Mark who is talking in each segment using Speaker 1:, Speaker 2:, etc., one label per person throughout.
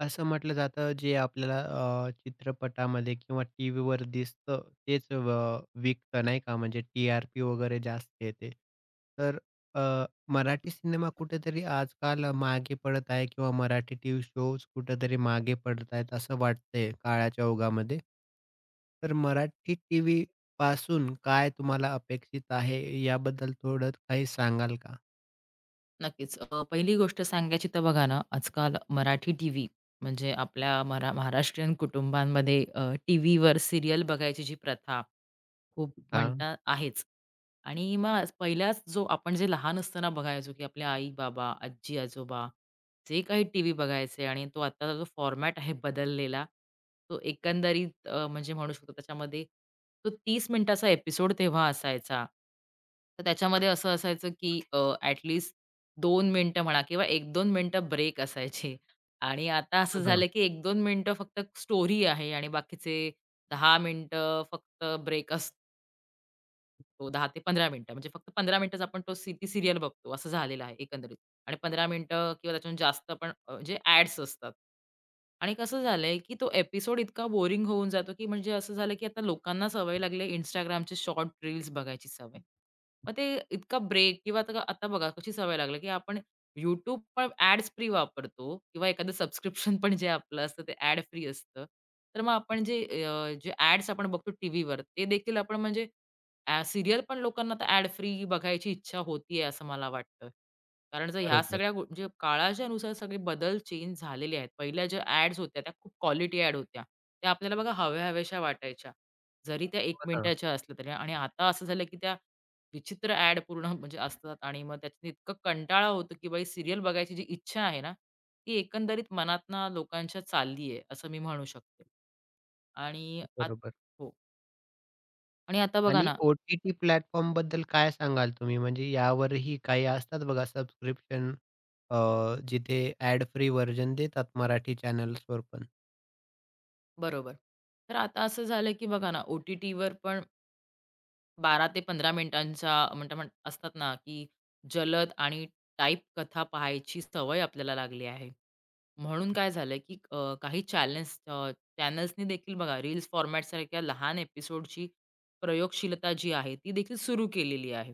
Speaker 1: असं म्हटलं जातं जे आपल्याला चित्रपटामध्ये किंवा टीव्हीवर दिसतं तेच विकतं नाही का म्हणजे टी-आर-पी वगैरे जास्त येते. तर अ, मराठी सिनेमा कुठेतरी आजकाल मागे पडत आहे किंवा मराठी टीव्ही शोज कुठेतरी मागे पडत आहेत असं वाटतंय काळाच्या ओघामध्ये. तर मराठी टीव्ही पासून काय तुम्हाला अपेक्षित आहे याबद्दल थोडं काही सांगाल का?
Speaker 2: नक्कीच. पहिली गोष्ट सांगायची तर बघा ना, आजकाल मराठी टीव्ही म्हणजे आपल्या महाराष्ट्रीयन कुटुंबांमध्ये टीव्हीवर सीरियल बघायची जी प्रथा खूप
Speaker 1: हां.
Speaker 2: म्हणता आहेच. आणि मग पहिलाच जो आपण जे लहान असताना बघायचो, की आपल्या आई-बाबा, आजी-आजोबा जे काही टीव्ही बघायचे आणि तो आता जो फॉर्मॅट आहे बदललेला, तो एकंदरीत म्हणजे म्हणू शकतो त्याच्यामध्ये तो 30 मिनिटाचा एपिसोड तेव्हा असायचा. तर त्याच्यामध्ये असं असायचं, की ॲट लीस्ट म्हणा किंवा 1-2 मिनिटं ब्रेक असायचे आणि आता
Speaker 1: हो
Speaker 2: असं
Speaker 1: ना.
Speaker 2: झालं, की 1-2 मिनिटं फक्त स्टोरी आहे आणि बाकीचे 10 मिनिटं फक्त ब्रेक तो 10 ते 15 मिनिटं. म्हणजे फक्त 15 मिनिटच आपण तो ती सीरियल बघतो असं झालेलं आहे एकंदरीत आणि 15 मिनिटं किंवा त्याच्याहून जास्त पण म्हणजे ॲड्स असतात. आणि कसं झालंय, की तो एपिसोड इतका बोरिंग होऊन जातो, की म्हणजे असं झालं, की आता लोकांना सवय लागली आहे Instagramचे शॉर्ट रील्स बघायची सवय. मग ते इतका ब्रेक किंवा आता आता बघा कशी सवय लागली, की आपण YouTube पण ॲड्स फ्री वापरतो किंवा एखादं सबस्क्रिप्शन पण जे आपलं असतं ते ॲड फ्री असतं. तर मग आपण जे ॲड्स आपण बघतो टीव्हीवर ते देखील आपण म्हणजे सीरियल पण लोकांना आता ॲड फ्री बघायची इच्छा होतीये असं मला वाटतं. कारण जर ह्या
Speaker 1: बरोबर.
Speaker 2: सगळ्या म्हणजे काळाच्या नुसार सगळे बदल चेंज झालेले आहेत. पहिल्या ज्या ॲड्स होत्या त्या खूप क्वालिटी ॲड होत्या. त्या आपल्याला बघा हव्या-हव्याशा वाटायच्या. जरी त्या 1
Speaker 1: हो ना.
Speaker 2: मिनिटाच्या असल्या तरी आणि आता असं झालं की त्या विचित्र ॲड पूर्ण म्हणजे असतात आणि मग त्याच्यात इतकं कंटाळा होतो की बाई सीरियल बघायची जी इच्छा आहे ना, ती एकंदरीत मनातनं लोकांच्या चालली आहे असं मी म्हणू शकते. आणि आत
Speaker 1: बरोबर.
Speaker 2: हो. आणि आता बघा
Speaker 1: आणि
Speaker 2: ना.
Speaker 1: ओ-टी-टी प्लॅटफॉर्मबद्दल काय सांगाल तुम्ही? म्हणजे यावरही काही असतात बघा सबस्क्रिप्शन अ, जिथे ॲड फ्री व्हर्जन देतात मराठी चॅनल्सवर पण.
Speaker 2: बरोबर. तर आता असं झालं, की बघा ना, ओ-टी-टीवर पण 12 ते 15 मिनिटांच्या म्हणता असतात ना, की जलद आणि टाइप कथा पाहायची सवय आपल्याला लागली आहे. म्हणून काय झालं, की काही चॅनल्सनी देखील बघा रील्स फॉर्मॅटसारख्या लहान एपिसोडची प्रयोगशीलता जी आहे, ती देखील सुरू केलेली आहे.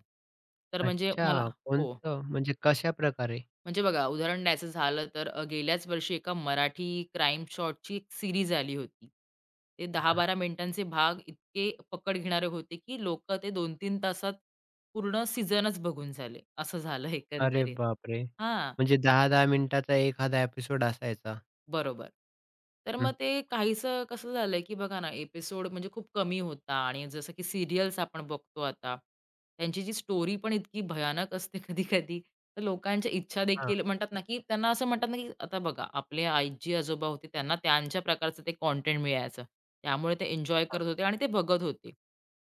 Speaker 2: तर म्हणजे मला
Speaker 1: अच्छा,
Speaker 2: हो.
Speaker 1: कोणतं? म्हणजे कशा प्रकारे?
Speaker 2: म्हणजे बघा, उदाहरण द्यायचं झालं तर गेल्याच वर्षी एका मराठी क्राईम शॉटची एक सीरीज आली होती. ते
Speaker 1: हां, हां.
Speaker 2: 10-12 मिनिटांचे भाग इतके पकड घेणारे होते, की लोकं ते 2-3 तासात पूर्ण सीझनच बघून झाले. असं झालं
Speaker 1: अरे
Speaker 2: एकंदरीत.
Speaker 1: बापरे!
Speaker 2: हां.
Speaker 1: म्हणजे 10-10 मिनिटाचा एखादा एपिसोड असायचा.
Speaker 2: बरोबर. तर
Speaker 1: हं,
Speaker 2: मग ते काहीसं कसं झालंय, की बघा ना, एपिसोड म्हणजे खूप कमी होता आणि जसं की सीरियल्स आपण बघतो आता, त्यांची जी स्टोरी पण इतकी भयानक असते कधी-कधी, तर लोकांच्या इच्छा
Speaker 1: हां,
Speaker 2: देखील म्हणतात ना, की त्यांना असं म्हणतात ना, की आता बघा आपले आजी-आजोबा होते त्यांना त्यांच्या प्रकारचं ते कंटेंट मिळायचं. त्यामुळे ते एन्जॉय
Speaker 1: हां.
Speaker 2: करत होते आणि ते बघत होते.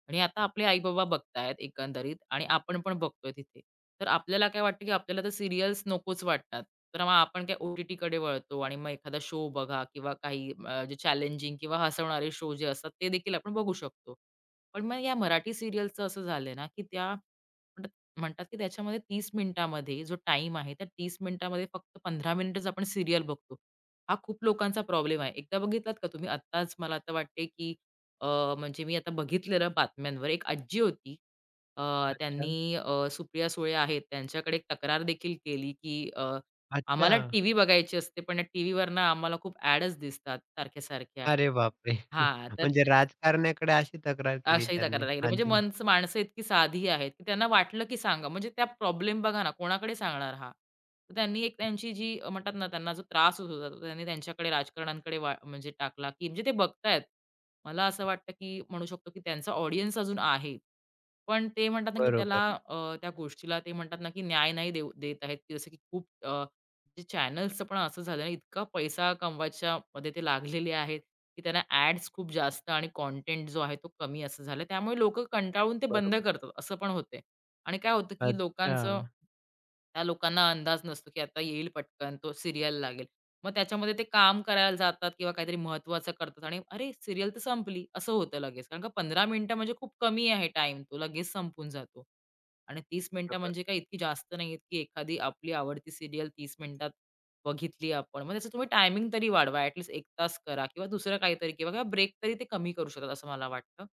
Speaker 2: आणि आता आपले आई-बाबा बघतायत एकंदरीत आणि आपण पण बघतोय तिथे. तर आपल्याला काय वाटतं, की आपल्याला तर सीरियल्स नकोच वाटतात. तर मग आपण काय ओ-टी-टीकडे वळतो आणि मग एखादा शो बघा किंवा काही जे चॅलेंजिंग किंवा हसवणारे शो जे असतात ते देखील आपण बघू शकतो. पण मग या मराठी सीरियलचं असं झालंय ना, की त्या म्हणतात म्हणतात, की त्याच्यामध्ये 30 मिनिटामध्ये जो टाईम आहे, त्या 30 मिनिटामध्ये फक्त 15 मिनिटच आपण सीरियल बघतो. हा खूप लोकांचा प्रॉब्लेम आहे. एकदा बघितलात का तुम्ही? आत्ताच मला आता वाटते, की म्हणजे मी आता बघितलेलं बातम्यांवर एक आजी होती.
Speaker 1: अच्छा,
Speaker 2: त्यांनी सुप्रिया सुळे आहेत त्यांच्याकडे एक तक्रार देखील केली, की
Speaker 1: अच्छा.
Speaker 2: "आम्हाला टीव्ही बघायची असते, पण या टीव्हीवर ना आम्हाला खूप ॲडच दिसतात सारख्या-सारख्या."
Speaker 1: अरे बापरे!
Speaker 2: हां, तर
Speaker 1: म्हणजे राजकारण्याकडे अशी तक्रार केली
Speaker 2: अशाही तक्रार
Speaker 1: त्यांनी
Speaker 2: लागली. म्हणजे
Speaker 1: आजीने.
Speaker 2: माणसं इतकी साधी आहेत, की त्यांना वाटलं की सांगा. म्हणजे त्या प्रॉब्लेम बघा ना, कोणाकडे सांगणार हा? तर त्यांनी एक त्यांची म्हणतात ना, त्यांना जो त्रास होत होता, तो त्यांनी त्यांच्याकडे राजकारण्यांकडे म्हणजे टाकला, की म्हणजे ते बघतायत. मला असं वाटतं, की म्हणू शकतो, की त्यांचा ऑडियन्स अजून आहे. पण ते म्हणतात ना, की त्याला
Speaker 1: बरोबर,
Speaker 2: अ, त्या गोष्टीला ते म्हणतात ना, की न्याय नाही देऊ देत आहेत. की जसं की खूप जे चॅनल्सचं पण असं झालं, ना, इतका पैसा कमवायच्या मध्ये ते लागलेले आहेत. की त्याला ॲड्स खूप जास्त आणि कंटेंट जो आहे तो कमी असं झालं. त्यामुळे लोकं कंटाळून ते बंद
Speaker 1: बरोबर.
Speaker 2: करतात, असं पण होते. आणि काय होतं, की
Speaker 1: अच्छा,
Speaker 2: लोकांचं त्या लोकांना अंदाज नसतो, की आता येईल पटकन तो सीरियल लागेल. मग त्याच्यामध्ये ते काम करायला जातात किंवा काहीतरी महत्त्वाचं करतात आणि अरे, सीरियल तर संपली, असं होतं लगेच. कारण का 15 मिनिटं म्हणजे खूप कमी आहे टाईम, तो लगेच संपून जातो. आणि 30 मिनिटं
Speaker 1: बरोबर.
Speaker 2: म्हणजे काही इतकी जास्त नाही आहेत, एखादी आपली आवडती सीरियल 30 मिनिटात बघितली आपण. मग त्याचं तुम्ही टायमिंग तरी वाढवा. ॲट लीस्ट 1 तास करा किंवा दुसरं काहीतरी किंवा किंवा ब्रेक तरी ते कमी करू शकतात असं मला वाटतं.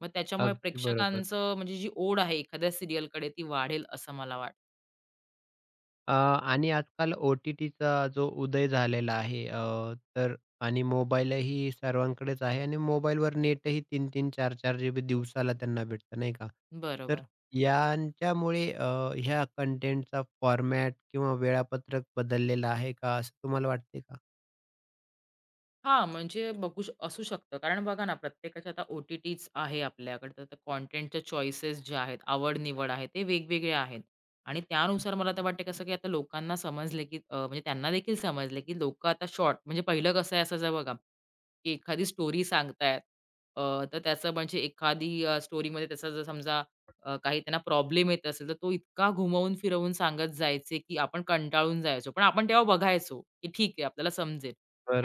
Speaker 2: मग त्याच्यामुळे
Speaker 1: अगदी बरोबर.
Speaker 2: प्रेक्षकांचं म्हणजे जी ओढ आहे एखाद्या सीरियलकडे ती वाढेल असं मला वाटतं.
Speaker 1: आणि आजकाल ओ-टी-टीचा जो उदय झालेला आहे तर आणि मोबाईलही सर्वांकडेच आहे आणि मोबाईलवर नेटही 3-3, 4-4 जीबी दिवसाला त्यांना भेटतं नाही का? तर
Speaker 2: बरोबर.
Speaker 1: यांच्यामुळे ह्या कंटेंटचा फॉर्मॅट किंवा वेळापत्रक बदललेलं आहे का, असं तुम्हाला वाटते का?
Speaker 2: हां, म्हणजे बघू श असू शकतं. कारण बघा ना प्रत्येकाच्या आता ओ-टी-टीच आहे आपल्याकडे. तर त्या चॉईसेस ज्या आहेत, आवड-निवड आहे ते वेगवेगळे आहेत. आणि त्यानुसार मला तर वाटतं कसं की आता लोकांना समजलं की म्हणजे त्यांना देखील समजलं की लोकं आता शॉर्ट म्हणजे पहिलं कसं असायचं बघा की एखादी स्टोरी सांगतायत, अ, तर त्याचं म्हणजे एखादी स्टोरीमध्ये त्याचा जर समजा काही त्यांना प्रॉब्लेम येत असेल, तर तो इतका घुमवून फिरवून सांगत जायचे, की आपण कंटाळून जायचो. पण आपण तेव्हा बघायचो, की ठीक आहे आपल्याला समजेल.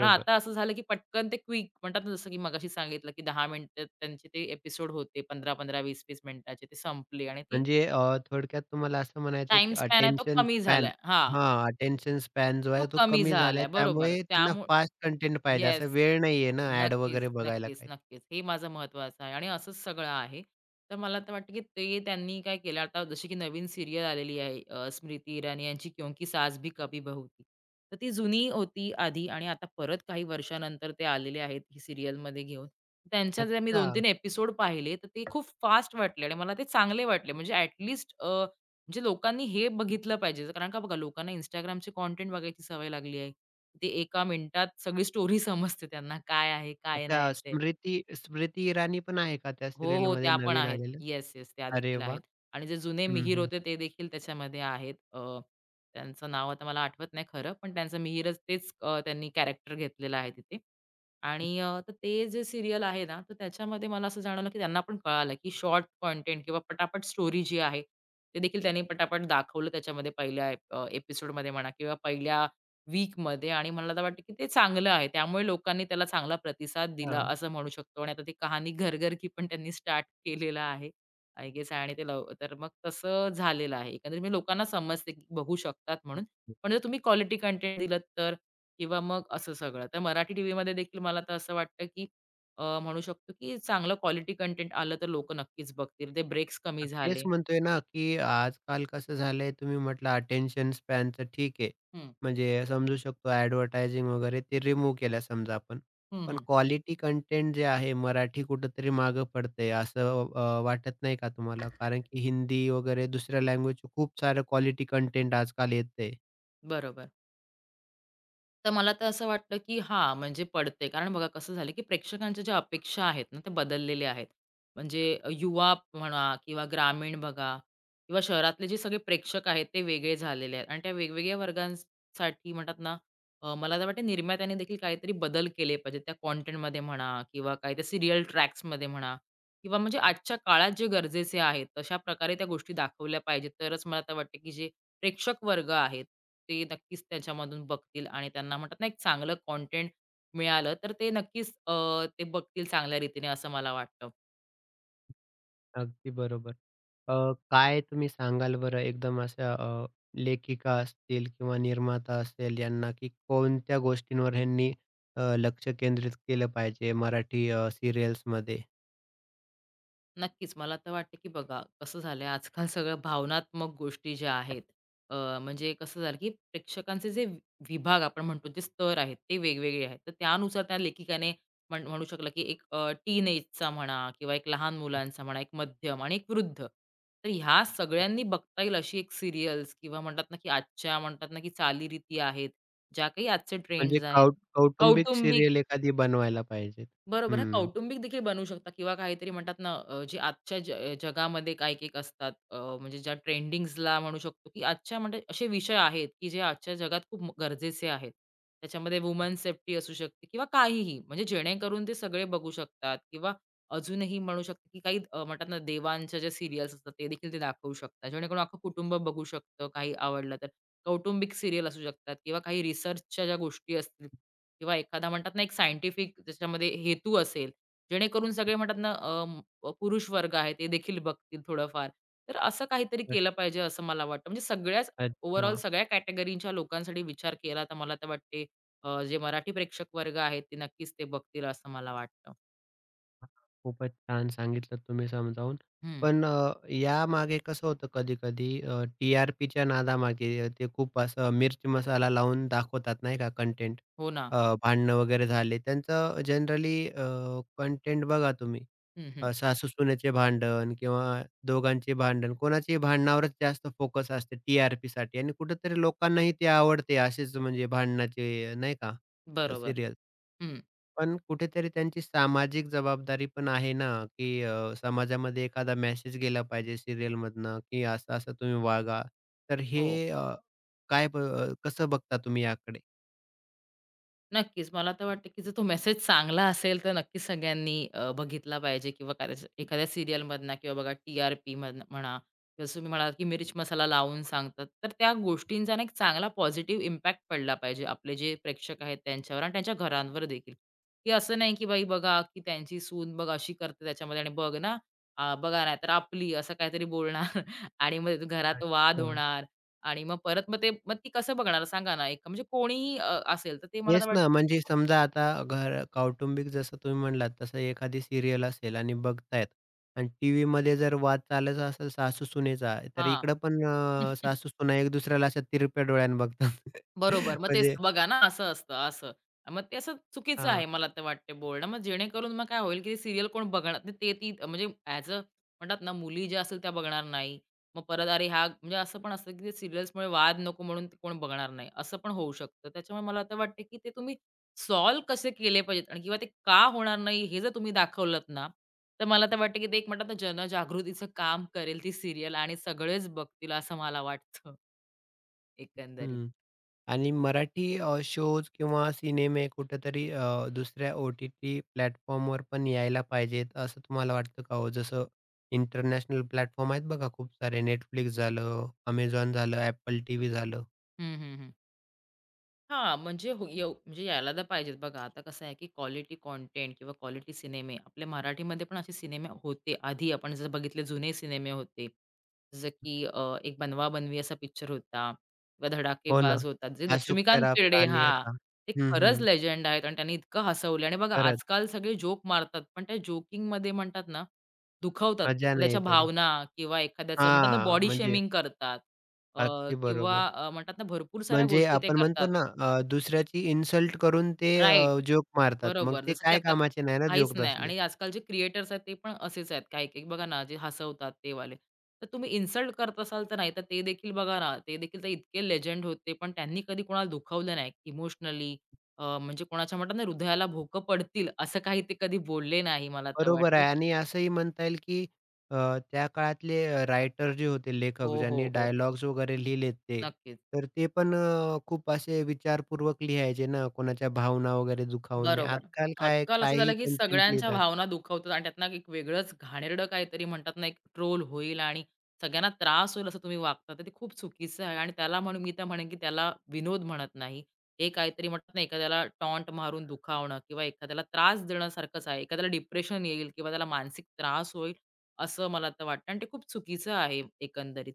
Speaker 2: पण आता असं झालं, की पटकन ते क्विक म्हणतात ना, जसं की मगाशी सांगितलं, की 10 मिनिटं त्यांचे ते एपिसोड होते 15-15, 20-20 मिनिटाचे ते संपले आणि ती
Speaker 1: म्हणजे थोडक्यात तुम्हाला असं म्हणायचं आहे,
Speaker 2: टाईम
Speaker 1: की
Speaker 2: स्पॅन आहे तो
Speaker 1: अटेन्शन
Speaker 2: कमी
Speaker 1: स्पॅन
Speaker 2: झालाय. हां,
Speaker 1: हां, अटेन्शन स्पॅन जो
Speaker 2: तो
Speaker 1: आहे तो
Speaker 2: कमी
Speaker 1: कमी झाला
Speaker 2: झालाय. बरोबर.
Speaker 1: त्यामुळे त्यांना
Speaker 2: त्यामुळे
Speaker 1: फास्ट कंटेंट पाहिजे. असा
Speaker 2: येस.
Speaker 1: वेळ नाहीये ना ॲड
Speaker 2: नक्कीच,
Speaker 1: वगैरे बघायला
Speaker 2: नक्कीच,
Speaker 1: काही.
Speaker 2: नक्कीच. हे माझं महत्त्वाचं आहे आणि असंच सगळं आहे. तर मला तर वाटतं, की ते त्यांनी काय केलं आता जशी की नवीन सीरियल आलेली आहे, स्मृती इराणी यांची क्यों सास भी कभी बहू थी. तर ती जुनी होती आधी आणि आता परत काही वर्षानंतर ते आलेले आहेत ही सीरियलमध्ये घेऊन. त्यांच्या जर मी
Speaker 1: अच्छा.
Speaker 2: 2-3 एपिसोड पाहिले, तर ते खूप फास्ट वाटले आणि मला ते चांगले वाटले. म्हणजे लोकांनी हे बघितलं पाहिजे. कारण का बघा लोकांना Instagramची कंटेंट बघायची सवय लागली आहे. ते एका मिनिटात सगळी स्टोरी समजते त्यांना काय आहे, काय नाही
Speaker 1: अच्छा.
Speaker 2: ते.
Speaker 1: स्मृती स्मृती इराणी पण आहे का त्या
Speaker 2: हो, हो.
Speaker 1: सीरियलमध्ये
Speaker 2: त्या पण
Speaker 1: नवीन
Speaker 2: आहेत.
Speaker 1: आलेलं?
Speaker 2: Yes, yes. त्या
Speaker 1: अरे
Speaker 2: देखील
Speaker 1: वाह!
Speaker 2: आहेत. आणि जे जुने
Speaker 1: हं,
Speaker 2: मिहीर
Speaker 1: हं.
Speaker 2: होते ते देखील त्याच्यामध्ये आहेत. त्यांचं नाव आता मला आठवत नाही खरं, पण त्यांचं मिहीरच तेच त्यांनी कॅरेक्टर घेतलेलं आहे तिथे. आणि तर ते जे सीरियल आहे ना, तर त्याच्यामध्ये मला असं जाणवलं, की त्यांना पण कळालं, की शॉर्ट कंटेंट किंवा पटापट स्टोरी जी आहे, ते देखील त्यांनी पटापट दाखवलं त्याच्यामध्ये पहिल्या एपिसोडमध्ये म्हणा किंवा पहिल्या वीकमध्ये आणि मला तर वाटतं की ते चांगलं आहे. त्यामुळे लोकांनी त्याला चांगला प्रतिसाद दिला
Speaker 1: अच्छा.
Speaker 2: असं म्हणू शकतो आणि आता ती कहाणी घर घर की पण त्यांनी स्टार्ट केलेला आहे. आय गेस आणि ते लव तर मग तसं झालेलं आहे. एकंदरीत म्हणजे लोकांना समजते की बघू शकतात
Speaker 1: हं,
Speaker 2: म्हणून.
Speaker 1: हं.
Speaker 2: पण जर तुम्ही क्वालिटी कंटेंट दिलत तर किंवा मग असं सगळं. तर मराठी टीव्हीमध्ये देखील मला तर असं वाटतं की म्हणू शकतो की चांगलं क्वालिटी कंटेंट आलं तर लोकं नक्कीच बघतील. ते ब्रेक्स कमी
Speaker 1: तर तेच
Speaker 2: झाले.
Speaker 1: म्हणतोय ना, की आजकाल कसं झालंय तुम्ही म्हटलं अटेन्शन स्पॅनचं ठीक आहे.
Speaker 2: हं,
Speaker 1: म्हणजे समजू शकतो ॲडव्हर्टायझिंग वगैरे ते रिमूव्ह केल्या समजा आपण.
Speaker 2: हं,
Speaker 1: पण
Speaker 2: हं.
Speaker 1: क्वालिटी कंटेंट जे आहे मराठी कुठेतरी मागं पडतंय असं वाटत नाही का तुम्हाला? कारण की हिंदी वगैरे दुसऱ्या लँग्वेजचं खूप सारं क्वालिटी कंटेंट आजकाल येतंय.
Speaker 2: बरोबर. तर मला तर असं वाटलं, की हां, म्हणजे पडते. कारण बघा कसं झालं, की प्रेक्षकांच्या ज्या अपेक्षा आहेत ना, त्या बदललेल्या आहेत. म्हणजे युवा म्हणा किंवा ग्रामीण बघा किंवा शहरातले जे सगळे प्रेक्षक आहेत, ते वेगळे झालेले आहेत आणि त्या वेगवेगळ्या वर्गांसाठी म्हणतात ना, मला तर वाटतं निर्मात्याने देखील काहीतरी बदल केले पाहिजेत. त्या कंटेंटमध्ये म्हणा किंवा काही त्या सीरियल ट्रॅक्समध्ये म्हणा किंवा म्हणजे आजच्या काळात जे गरजेचे आहेत, तशा प्रकारे त्या गोष्टी दाखवल्या पाहिजेत. तरच मला तर वाटतं, की जे प्रेक्षक वर्ग आहेत, ते नक्कीच त्याच्यामधून बघतील आणि त्यांना म्हणतात ना, एक चांगलं कंटेंट मिळालं, तर ते नक्कीच ते बघतील चांगल्या रीतीने असं मला वाटतं.
Speaker 1: अगदी बरोबर. काय तुम्ही सांगाल बरं एकदम अशा लेखिका असतील किंवा निर्माता असेल यांना, की कोणत्या गोष्टींवर ह्यांनी लक्ष केंद्रित केलं पाहिजे मराठी सीरियल्समध्ये?
Speaker 2: नक्कीच. मला तर वाटतं, की बघा कसं झालंय आजकाल सगळं भावनात्मक गोष्टी ज्या आहेत, अ, म्हणजे कसं झालं, की प्रेक्षकांचे जे वि विभाग आपण म्हणतो जे स्तर आहेत ते वेगवेगळे आहेत. तर त्यानुसार त्या लेखिकाने म्हणू शकलं, की एक टीनएजचा म्हणा किंवा एक लहान मुलांचा म्हणा, एक मध्यम आणि एक वृद्ध. तर ह्या सगळ्यांनी बघता येईल अशी एक सीरियल्स किंवा म्हणतात ना, की आजच्या म्हणतात ना, की चालीरीती आहेत, ज्या काही आजचे
Speaker 1: म्हणजे
Speaker 2: ट्रेंड्स आहेत,
Speaker 1: कौटुंबिक
Speaker 2: कौटुंबिक
Speaker 1: सीरियल एखादी बनवायला पाहिजे.
Speaker 2: बरोबर हां,
Speaker 1: हं.
Speaker 2: कौटुंबिक देखील बनवू शकता किंवा काहीतरी म्हणतात ना, जे आजच्या जगामध्ये काही एक असतात म्हणजे ज्या ट्रेंडिंग्जला म्हणू शकतो, की आजच्या म्हणजे असे विषय आहेत, की जे आजच्या जगात खूप गरजेचे आहेत. त्याच्यामध्ये वुमन सेफ्टी असू शकते किंवा काहीही, म्हणजे जेणेकरून ते सगळे बघू शकतात किंवा अजूनही म्हणू शकतो, की काही म्हणतात ना, देवांच्या ज्या सीरियल्स असतात, ते देखील ते दाखवू शकतात. जेणेकरून अख्खं कुटुंब बघू शकतं, काही आवडलं तर. कौटुंबिक सीरियल असू शकतात किंवा काही रिसर्चच्या ज्या गोष्टी असतील, किंवा एखादा म्हणतात ना, एक सायंटिफिक त्याच्यामध्ये हेतू असेल, जेणेकरून सगळे म्हणतात ना, पुरुष वर्ग आहे ते देखील बघतील थोडंफार. तर असं काहीतरी
Speaker 1: अ,
Speaker 2: केलं पाहिजे असं मला वाटतं. म्हणजे सगळ्याच ओव्हरऑल
Speaker 1: अच्छा.
Speaker 2: सगळ्या कॅटेगरीच्या लोकांसाठी विचार केला तर मला तर वाटते जे मराठी प्रेक्षक वर्ग आहेत ते नक्कीच ते बघतील असं मला वाटतं.
Speaker 1: हां, खूपच छान सांगितलं तुम्ही समजावून.
Speaker 2: हं.
Speaker 1: पण यामागे कसं होतं कधी-कधी टी-आर-पीच्या नादामागे ते खूप असं मिर्च मसाला लावून दाखवतात नाही का कंटेंट.
Speaker 2: हो ना.
Speaker 1: भांडणं वगैरे झाले त्यांचं जनरली कंटेंट बघा तुम्ही
Speaker 2: हं, हं.
Speaker 1: सासू-सुनेचे भांडण किंवा दोघांचे भांडण, कोणाचेही भांडणावरच जास्त फोकस असते टी-आर-पीसाठी आणि कुठेतरी लोकांनाही ते आवडते असेच म्हणजे भांडणाचे नाही का अ,
Speaker 2: बरोबर. हं.
Speaker 1: पण कुठेतरी त्यांची सामाजिक जबाबदारी पण आहे ना, की समाजामध्ये एखादा मेसेज गेला पाहिजे सीरियलमधनं, की असं-असं तुम्ही वागा. तर हे
Speaker 2: हो.
Speaker 1: काय कसं बघता तुम्ही याकडे?
Speaker 2: नक्कीच. मला तर वाटतं, की जर तो मेसेज चांगला असेल, तर नक्कीच सगळ्यांनी बघितला पाहिजे किंवा कदाचित एखाद्या सीरियलमधनं किंवा बघा टी-आर-पी मधनं म्हणा किंवा जसं तुम्ही म्हणालात, की मिर्च मसाला लावून सांगतात. तर त्या गोष्टींचा ना एक चांगला पॉझिटिव्ह इम्पॅक्ट पडला पाहिजे आपले जे प्रेक्षक आहेत त्यांच्यावर आणि त्यांच्या घरांवर देखील. की असं नाही, की बाई बघा, की त्यांची सून बघ अशी करते त्याच्यामध्ये आणि बघ ना, बघा नाहीतर आपली असं काहीतरी बोलणार आणि मग घरात वाद
Speaker 1: अच्छा.
Speaker 2: होणार आणि मग परत मग ती कसं बघणार सांगा ना? एक म्हणजे कोणीही असेल तर ते मला तर
Speaker 1: तेच ना,
Speaker 2: वाटतं.
Speaker 1: म्हणजे समजा आता घर कौटुंबिक जसं तुम्ही म्हणलात, तसं एखादी सीरियल असेल आणि बघतायत आणि टीव्हीमध्ये जर वाद चालायचा असेल सासू-सुनेचा, तर
Speaker 2: हां.
Speaker 1: इकडं पण सासू-सुना एक दुसऱ्याला अशा तिरप्या डोळ्यानं बघतात.
Speaker 2: बरोबर. मग तेच
Speaker 1: म्हणजे
Speaker 2: ना, बघा ना, असं असतं, असं. मग ते असं चुकीचं
Speaker 1: हां,
Speaker 2: आहे मला तर वाटते बोलणं. मग जेणेकरून मग काय होईल, की सीरियल कोण बघणार ते ते ती म्हणजे ॲज अ म्हणतात ना, मुली ज्या असतील त्या बघणार नाही. मग परत अरे हा म्हणजे असं पण असतं, की ते सीरियल्समुळे वाद नको म्हणून ते कोण बघणार नाही, असं पण होऊ शकतं. त्याच्यामुळे मला तर वाटते, की ते तुम्ही सॉल्व्ह कसे केले पाहिजेत आणि किंवा ते का होणार नाही हे जर तुम्ही दाखवलत ना, तर मला तर वाटतं, की ते एक म्हणतात ना, जनजागृतीचं काम करेल ती सीरियल आणि सगळेच बघतील असं मला वाटतं एकंदरीत.
Speaker 1: हं. आणि मराठी शोज किंवा सिनेमे कुठेतरी दुसऱ्या ओ-टी-टी प्लॅटफॉर्मवर पण यायला पाहिजेत, असं तुम्हाला वाटतं का हो? जसं इंटरनॅशनल प्लॅटफॉर्म आहेत बघा खूप सारे Netflix झालं, Amazon झालं, Apple TV झालं.
Speaker 2: हं, हं, हं. हां, म्हणजे हो येऊ म्हणजे यायला तर पाहिजेत. बघा आता कसं आहे, की क्वालिटी कंटेंट किंवा क्वालिटी सिनेमे आपल्या मराठीमध्ये पण असे सिनेमे होते. आधी आपण जर बघितले जुने सिनेमे होते. जसं की एक बनवा-बनवी असा पिक्चर होता किंवा
Speaker 1: हो ना.
Speaker 2: धडाकेबाज होता. जे
Speaker 1: अशोक
Speaker 2: लक्ष्मीकांत
Speaker 1: सराफ,
Speaker 2: बेर्डे
Speaker 1: तान्या
Speaker 2: हां,
Speaker 1: आता
Speaker 2: ते
Speaker 1: हं,
Speaker 2: खरंच
Speaker 1: हं.
Speaker 2: लेजेंड आहेत आणि त्यांनी इतकं हसवलं आणि बघा
Speaker 1: खरंच
Speaker 2: आजकाल सगळे जोक मारतात. पण त्या जोकिंगमध्ये म्हणतात ना, दुखवतात
Speaker 1: मजा नाहीये
Speaker 2: एखाद्याच्या
Speaker 1: तेवढी.
Speaker 2: भावना किंवा एखाद्याचं म्हणतात ना,
Speaker 1: हां,
Speaker 2: बॉडी
Speaker 1: म्हणजे
Speaker 2: शेमिंग करतात. अ,
Speaker 1: अगदी
Speaker 2: किंवा
Speaker 1: बरोबर.
Speaker 2: म्हणतात ना, भरपूर साऱ्या
Speaker 1: म्हणजे
Speaker 2: गोष्टी ते
Speaker 1: आपण म्हणतो
Speaker 2: करतात.
Speaker 1: ना दुसऱ्याची इन्सल्ट करून ते
Speaker 2: राइट.
Speaker 1: जोक मारतात. मग
Speaker 2: बरोबर.
Speaker 1: ते
Speaker 2: जसं की
Speaker 1: काय
Speaker 2: आता
Speaker 1: कामाचे नाही ना
Speaker 2: काहीच
Speaker 1: जोक
Speaker 2: नाही
Speaker 1: तसले.
Speaker 2: आणि आजकाल जे क्रिएटर्स आहेत ते पण असेच आहेत काही-काही बघा ना, जे हसवतात ते वाले. तर तुम्ही इन्सल्ट करत असाल तर नाही, तर ते देखील बघा ना, ते देखील तर इतके लेजंड होते, पण त्यांनी कधी कोणाला दुखावलं नाही इमोशनली म्हणजे कोणाच्या म्हणतात ना, हृदयाला भोकं पडतील असं काही ते कधी बोलले नाही मला तर
Speaker 1: बरोबर
Speaker 2: वाटते.
Speaker 1: आहे आणि असंही म्हणता येईल की अ, त्या काळातले रायटर जे होते,
Speaker 2: हो,
Speaker 1: लेखक ज्यांनी
Speaker 2: हो, हो.
Speaker 1: डायलॉग्स वगैरे लिहिलेत ते,
Speaker 2: नक्कीच.
Speaker 1: तर ते पण खूप असे विचारपूर्वक लिहायचे ना, कोणाच्या भावना वगैरे दुखावून नये.
Speaker 2: बरोबर.
Speaker 1: आजकाल काय
Speaker 2: आजकाल असं
Speaker 1: काहीही
Speaker 2: झालं, की
Speaker 1: कंटेंट
Speaker 2: सगळ्यांच्या
Speaker 1: लिहितात.
Speaker 2: भावना दुखवतात आणि त्यातनं एक वेगळंच घाणेरडं काहीतरी म्हणतात ना, एक ट्रोल होईल आणि सगळ्यांना त्रास होईल असं तुम्ही वागता, तर ते खूप चुकीचं आहे आणि त्याला म्हणून मी तर म्हणेन, की त्याला विनोद म्हणत नाही. हे काहीतरी म्हणतात ना, एखाद्याला टॉन्ट मारून दुखावणं किंवा एखाद्याला त्रास देण्यासारखंच आहे. एखाद्याला डिप्रेशन येईल किंवा त्याला मानसिक त्रास होईल असं मला तर वाटतं आणि ते खूप चुकीचं आहे एकंदरीत.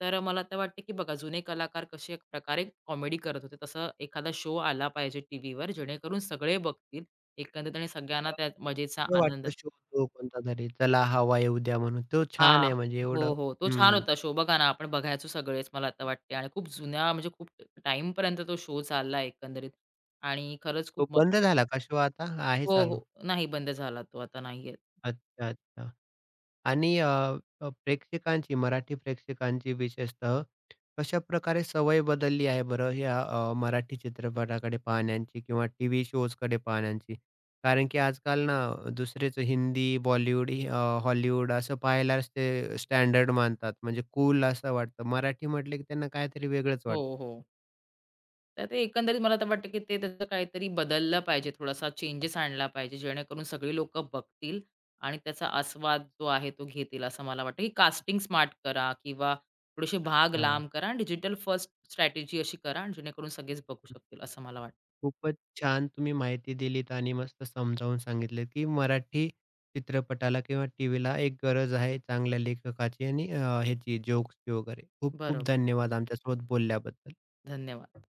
Speaker 2: तर मला तर वाटतं, की बघा जुने कलाकार कसे एक प्रकारे कॉमेडी करत होते, तसं एखादा शो आला पाहिजे टीव्हीवर जेणेकरून सगळे बघतील एकंदरीत आणि सगळ्यांना त्या मजेचा
Speaker 1: हे
Speaker 2: आनंद.
Speaker 1: वाटतं शोधतो कोणता तरी, चला हवा येऊ द्या म्हणून. तो छान
Speaker 2: हां.
Speaker 1: आहे म्हणजे
Speaker 2: हो,
Speaker 1: एवढं
Speaker 2: हो. तो छान
Speaker 1: हं.
Speaker 2: होता शो. बघा ना, आपण बघायचो सगळेच मला आता वाटते आणि खूप जुन्या म्हणजे खूप टाईमपर्यंत तो शो चालला एकंदरीत आणि खरंच खूप
Speaker 1: तो बंद झाला का शो आता? आहे
Speaker 2: हो,
Speaker 1: चालू?
Speaker 2: हो. नाही बंद झाला तो, आता नाहीये.
Speaker 1: अच्छा, अच्छा. आणि प्रेक्षकांची, मराठी प्रेक्षकांची विशेषतः कशा प्रकारे सवय बदलली आहे बरं ह्या मराठी चित्रपटाकडे पाहण्याची किंवा टीव्ही शोजकडे पाहण्याची? कारण की आजकाल ना दुसरेच हिंदी, बॉलिवूड, हॉलिवूड असं पाहायलाच ते स्टँडर्ड मानतात. म्हणजे कूल असं वाटतं. मराठी म्हटलं की त्यांना काहीतरी वेगळंच वाटतं.
Speaker 2: हो, हो. तर ते एकंदरीत मला तर वाटतं, की ते त्याचं काहीतरी बदललं पाहिजे, थोडासा चेंजेस आणला पाहिजे, जेणेकरून सगळी लोकं बघतील आणि त्याचा आस्वाद जो आहे तो घेतील, असं मला वाटतं, की कास्टिंग स्मार्ट करा किंवा थोडेसे भाग
Speaker 1: हां.
Speaker 2: लांब करा आणि डिजिटल फर्स्ट स्ट्रॅटेजी अशी करा, जेणेकरून सगळेच बघू शकतील, असं मला वाटतं.
Speaker 1: खूपच छान तुम्ही माहिती दिलीत आणि मस्त समजावून सांगितलं की मराठी चित्रपटाला किंवा टी व्हीला एक गरज आहे चांगल्या लेखकाची आणि ह्याची जोक्सची वगैरे. खूप खूप
Speaker 2: बरोबर.
Speaker 1: धन्यवाद आमच्यासोबत बोलल्याबद्दल.
Speaker 2: धन्यवाद.